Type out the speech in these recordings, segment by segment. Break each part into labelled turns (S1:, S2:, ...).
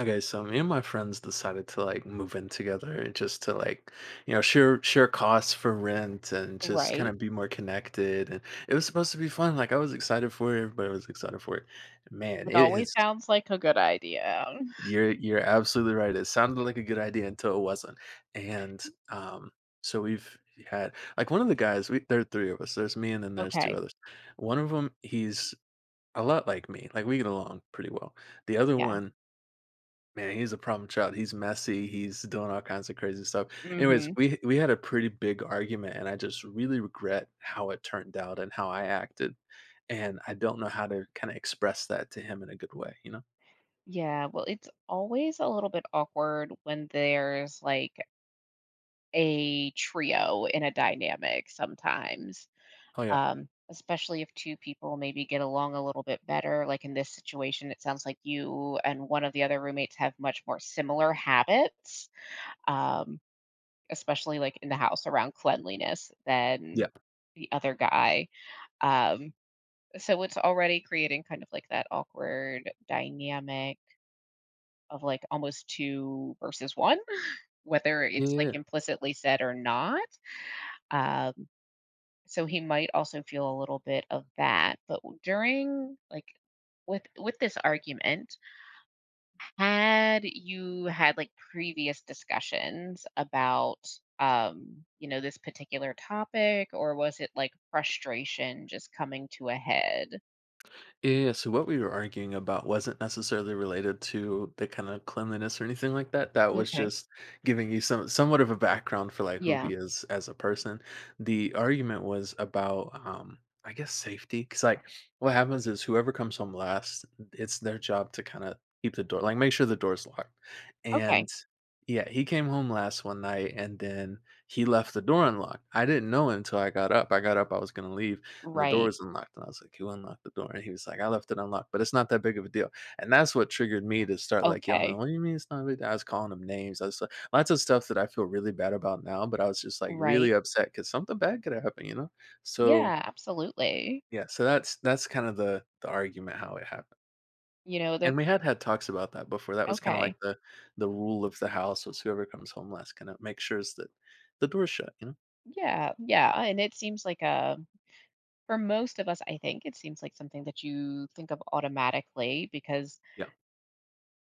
S1: Okay, so me and my friends decided to like move in together just to share costs for rent and just kind
S2: Right.
S1: of be more connected. And it was supposed to be fun. Like I was excited for it, everybody was excited for it. Man,
S2: It
S1: it
S2: always
S1: has
S2: sounds like a good idea.
S1: you're absolutely right. It sounded like a good idea until it wasn't. And um so we've had like one of the guys, we there are three of us. There's me and then there's two
S2: Okay.
S1: others. One of them, he's a lot like me. Like we get along pretty well. The other
S2: Yeah.
S1: one, man, he's a problem child. He's messy. He's doing all kinds of crazy stuff. Anyways,
S2: Mhm.
S1: we had a pretty big argument, and I just really regret how it turned out and how I acted, and I don't know how to kind of express that to him in a good way, you know?
S2: Yeah, well, it's always a little bit awkward when there's, a trio in a dynamic sometimes,
S1: Oh yeah,
S2: especially if two people maybe get along a little bit better, like, in this situation. It sounds like you and one of the other roommates have much more similar habits, um, especially, in the house around cleanliness than
S1: yeah,
S2: the other guy, um So it's already creating kind of like that awkward dynamic of like almost two versus one, whether it's like
S1: yeah.
S2: implicitly said or not. Um, so he might also feel a little bit of that. But during like with this argument, had you had like previous discussions about you know, this particular topic, or was it like frustration just coming to a head?
S1: Yeah, so what we were arguing about wasn't necessarily related to the kind of cleanliness or anything like that. That was
S2: Okay.
S1: just giving you somewhat of a background for like who he
S2: Yeah.
S1: is as a person. The argument was about, I guess, safety cuz like what happens is whoever comes home last, it's their job to kind of keep the door, like make sure the door's locked. And
S2: Okay.
S1: yeah, he came home last one night and then he left the door unlocked. I didn't know until I got up. I got up, I was going to leave and the door
S2: Right.
S1: was unlocked, and I was like, "Who unlocked the door?" And he was like, "I left it unlocked, but it's not that big of a deal." And that's what triggered me to start like yelling,
S2: Okay,
S1: "What do you mean it's not a big deal?" I was calling him names. I was like, lots of stuff that I feel really bad about now, but I was just like really
S2: right.
S1: upset because something bad could have happened, you know. So
S2: Yeah, absolutely.
S1: yeah, so that's kind of the argument how it happened.
S2: You know, that
S1: And we had had talks about that before. That was kind of
S2: okay.
S1: like the rule of the house was whoever comes home last kind of make sure that the door's shut, you know.
S2: Yeah, yeah, and it seems like a for most of us, I think it seems like something that you think of automatically because
S1: Yeah.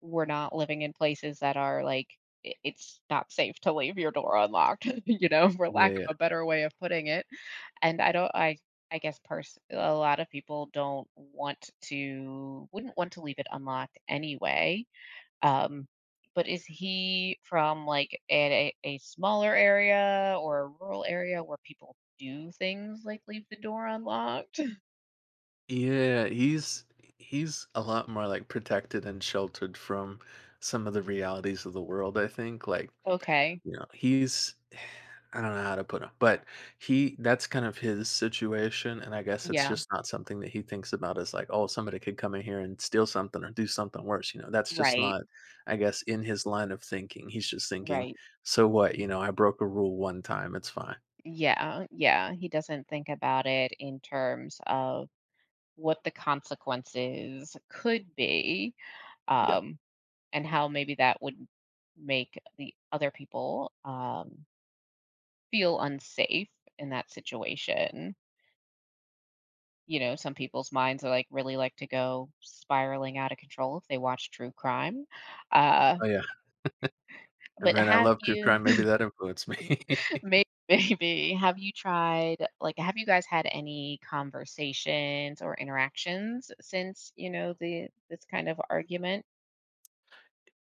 S2: we're not living in places that are like it's not safe to leave your door unlocked, you know, for lack of
S1: Yeah.
S2: a better way of putting it. And I don't I guess a lot of people don't want to wouldn't want to leave it unlocked anyway. Um, but is he from like at a smaller area or a rural area where people do things like leave the door unlocked?
S1: Yeah, he's a lot more, like, protected and sheltered from some of the realities of the world, I think, like,
S2: Okay.
S1: you know, he's I don't know how to put him, but he that's kind of his situation, and I guess it's
S2: Yeah.
S1: just not something that he thinks about as, like, "Oh, somebody could come in here and steal something or do something worse," you know, that's just
S2: Right.
S1: not, I guess, in his line of thinking, he's just thinking,
S2: Right.
S1: "So what, you know, I broke a rule one time, it's fine."
S2: Yeah. Yeah. He doesn't think about it in terms of what the consequences could be,
S1: Yeah.
S2: um, and how maybe that would make the other people feel unsafe in that situation. You know, some people's minds are like really like to go spiraling out of control if they watch true crime. Uh,
S1: Oh, yeah, and
S2: but
S1: man, I
S2: have
S1: love true
S2: you
S1: crime, maybe that influenced me.
S2: may Maybe have you tried like have you guys had any conversations or interactions since, you know, the this kind of argument?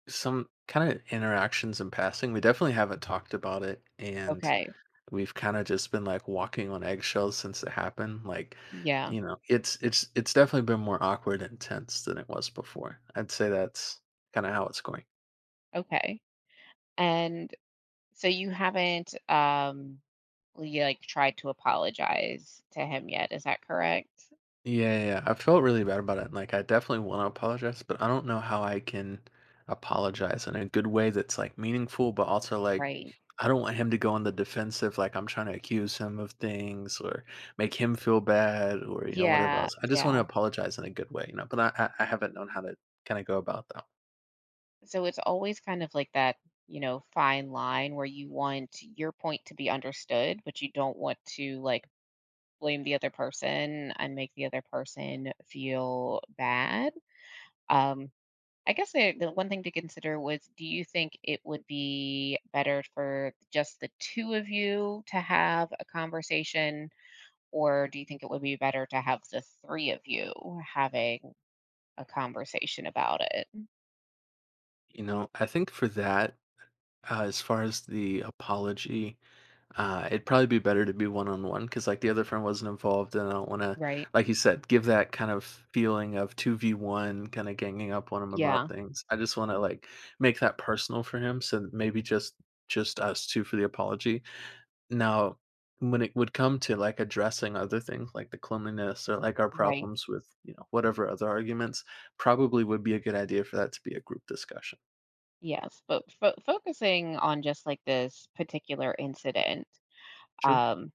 S1: Some kind of interactions in passing. We definitely haven't talked about it, and
S2: Okay.
S1: we've kind of just been like walking on eggshells since it happened. Like,
S2: Yeah.
S1: you know, it's definitely been more awkward and tense than it was before. I'd say that's kind of how it's going.
S2: Okay. And so you haven't you like tried to apologize to him yet, is that correct?
S1: Yeah, yeah, yeah. I felt really bad about it, and, like, I definitely wanna apologize, but I don't know how I can apologize in a good way that's, like, meaningful, but also, like,
S2: Right.
S1: I don't want him to go on the defensive, like, I'm trying to accuse him of things or make him feel bad or, you know, whatever
S2: Yeah.
S1: else. I just wanna
S2: Yeah.
S1: apologize in a good way, you know, but I haven't known how to kinda go about that.
S2: So it's always kind of like that, you know, fine line where you want your point to be understood, but you don't want to like blame the other person and make the other person feel bad. Um, I guess the one thing to consider was do you think it would be better for just the two of you to have a conversation, or do you think it would be better to have the three of you having a conversation about it?
S1: You know, I think for that, as far as the apology, it'd probably be better to be one on one because like the other friend wasn't involved, and I don't want to,
S2: Right.
S1: like you said, give that kind of feeling of two v one, kind of ganging up on him about
S2: Yeah.
S1: things. I just want to like make that personal for him, so that maybe just us two for the apology. Now, when it would come to like addressing other things like the cleanliness or like our
S2: Right.
S1: problems with, you know, whatever other arguments, probably would be a good idea for that to be a group discussion.
S2: Yes, but fo focusing on just like this particular incident,
S1: Sure,
S2: um,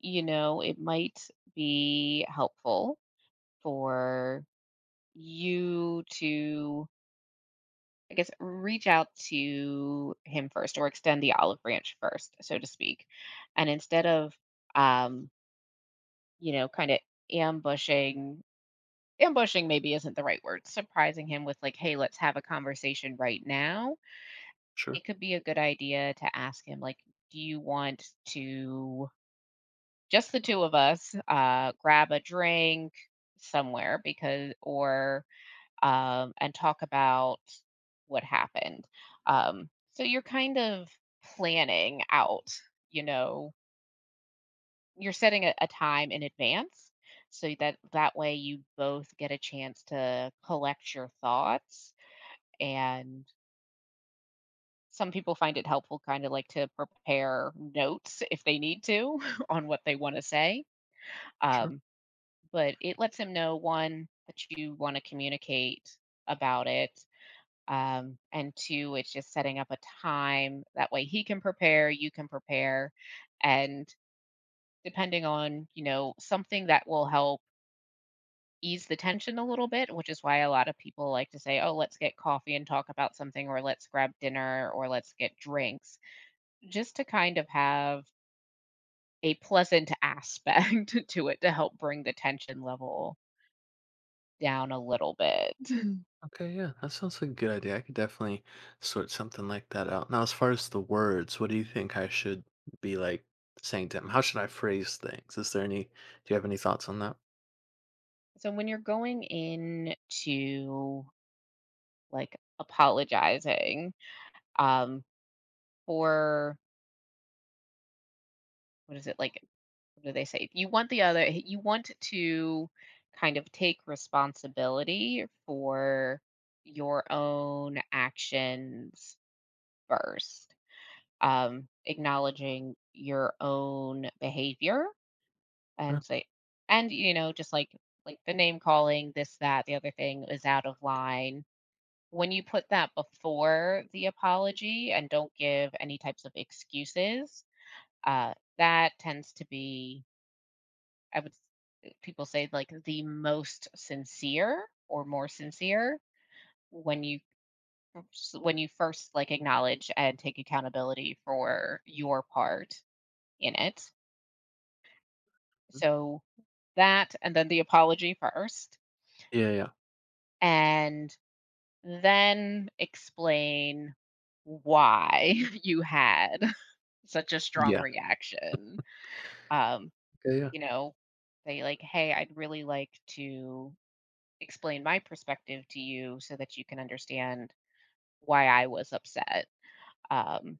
S2: you know, it might be helpful for you to, I guess, reach out to him first or extend the olive branch first, so to speak. And instead of, um, you know, kind of ambushing, ambushing maybe isn't the right word, surprising him with like, hey, let's have a conversation right now.
S1: sure,
S2: It could be a good idea to ask him like do you want to just the two of us grab a drink somewhere because or and talk about what happened. So you're kind of planning out, you know, you're setting a time in advance, so that that way you both get a chance to collect your thoughts. And some people find it helpful kinda like to prepare notes if they need to on what they wanna say,
S1: sure.
S2: um, but it lets them know, one, that you wanna communicate about it, and two, it's just setting up a time, that way he can prepare, you can prepare, and depending on, you know, something that will help ease the tension a little bit, which is why a lot of people like to say, "Oh, let's get coffee and talk about something," or "Let's grab dinner," or "Let's get drinks." Just to kind of have a pleasant aspect to it to help bring the tension level down a little bit.
S1: Okay, yeah, that sounds like a good idea. I could definitely sort something like that out. Now, as far as the words, what do you think I should be like saying to him? How should I phrase things? Is there any, do you have any thoughts on that?
S2: So when you're going in to like, apologizing, um, for what is it, like, what do they say? You want to kind of take responsibility for your own actions first, acknowledging your own behavior.
S1: Uh,
S2: And say and, you know, just like the name calling, this, that, the other thing is out of line. When you put that before the apology and don't give any types of excuses, that tends to be, I would s people say, like, the most sincere or more sincere when you s when you first, like, acknowledge and take accountability for your part in it.
S1: mm,
S2: So that and then the apology first,
S1: Yeah, yeah,
S2: and then explain why you had such a strong
S1: yeah.
S2: reaction. Um,
S1: Okay, yeah.
S2: you know, say like, "Hey, I'd really like to explain my perspective to you so that you can understand why I was upset." Um,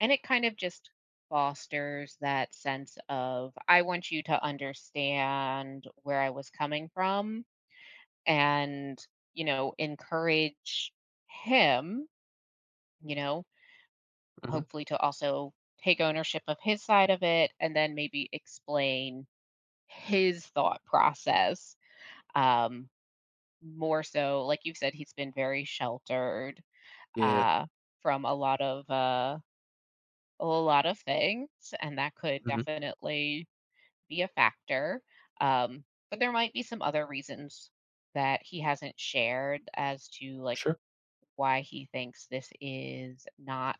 S2: and it kind of just fosters that sense of, "I want you to understand where I was coming from," and, you know, encourage him, you know,
S1: Hmm.
S2: hopefully to also take ownership of his side of it and then maybe explain his thought process, um, more so like you said he's been very sheltered
S1: Yeah, yeah.
S2: uh, from a lot of things, and that could
S1: Hmm.
S2: definitely be a factor. um, but there might be some other reasons that he hasn't shared as to like
S1: Sure.
S2: why he thinks this is not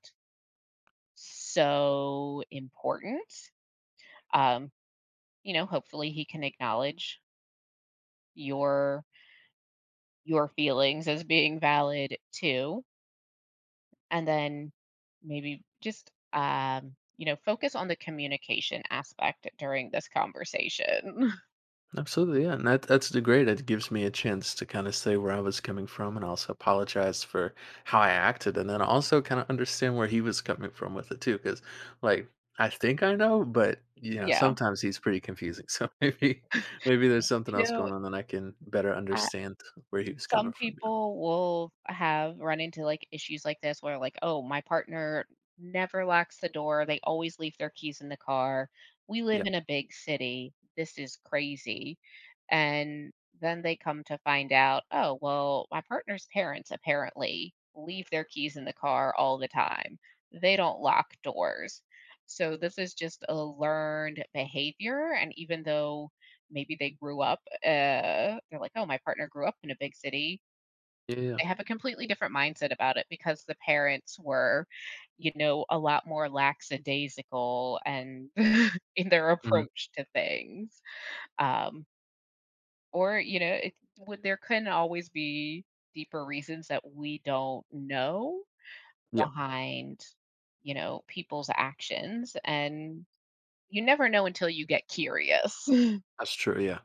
S2: so important. um, you know, hopefully he can acknowledge your your feelings as being valid too. And then maybe just you know, focus on the communication aspect during this conversation.
S1: Absolutely, yeah, and that that's the great. It gives me a chance to kind of say where I was coming from, and also apologize for how I acted, and then also kind of understand where he was coming from with it too. Because, like, I think I know, but you know,
S2: Yeah.
S1: sometimes he's pretty confusing. So maybe there's something
S2: You
S1: else
S2: know,
S1: going on that I can better understand where he was coming
S2: some
S1: from. You know?
S2: people will have run into, like, issues like this where, like, "Oh, my partner never locks the door, they always leave their keys in the car. We
S1: Yeah,
S2: live in a big city. This is crazy." And then they come to find out, "Oh, well, my partner's parents apparently leave their keys in the car all the time. They don't lock doors." So this is just a learned behavior, and even though maybe they grew up, they're like, "Oh, my partner grew up in a big city."
S1: yeah, yeah,
S2: They have a completely different mindset about it because the parents were, you know, a lot more lackadaisical and in their
S1: hmm,
S2: approach to things. Um, or, you know, it would there can always be deeper reasons that we don't know
S1: yeah.
S2: behind, you know, people's actions, and you never know until you get curious.
S1: That's true. Yeah.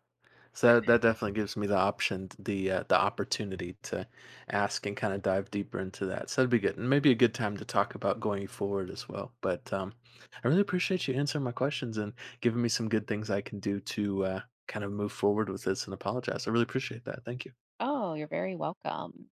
S1: So that definitely gives me the option, the opportunity to ask and kind of dive deeper into that. So that'd be good, and maybe a good time to talk about going forward as well. But I really appreciate you answering my questions and giving me some good things I can do to, kind of move forward with this and apologize. I really appreciate that. Thank you.
S2: Oh, you're very welcome.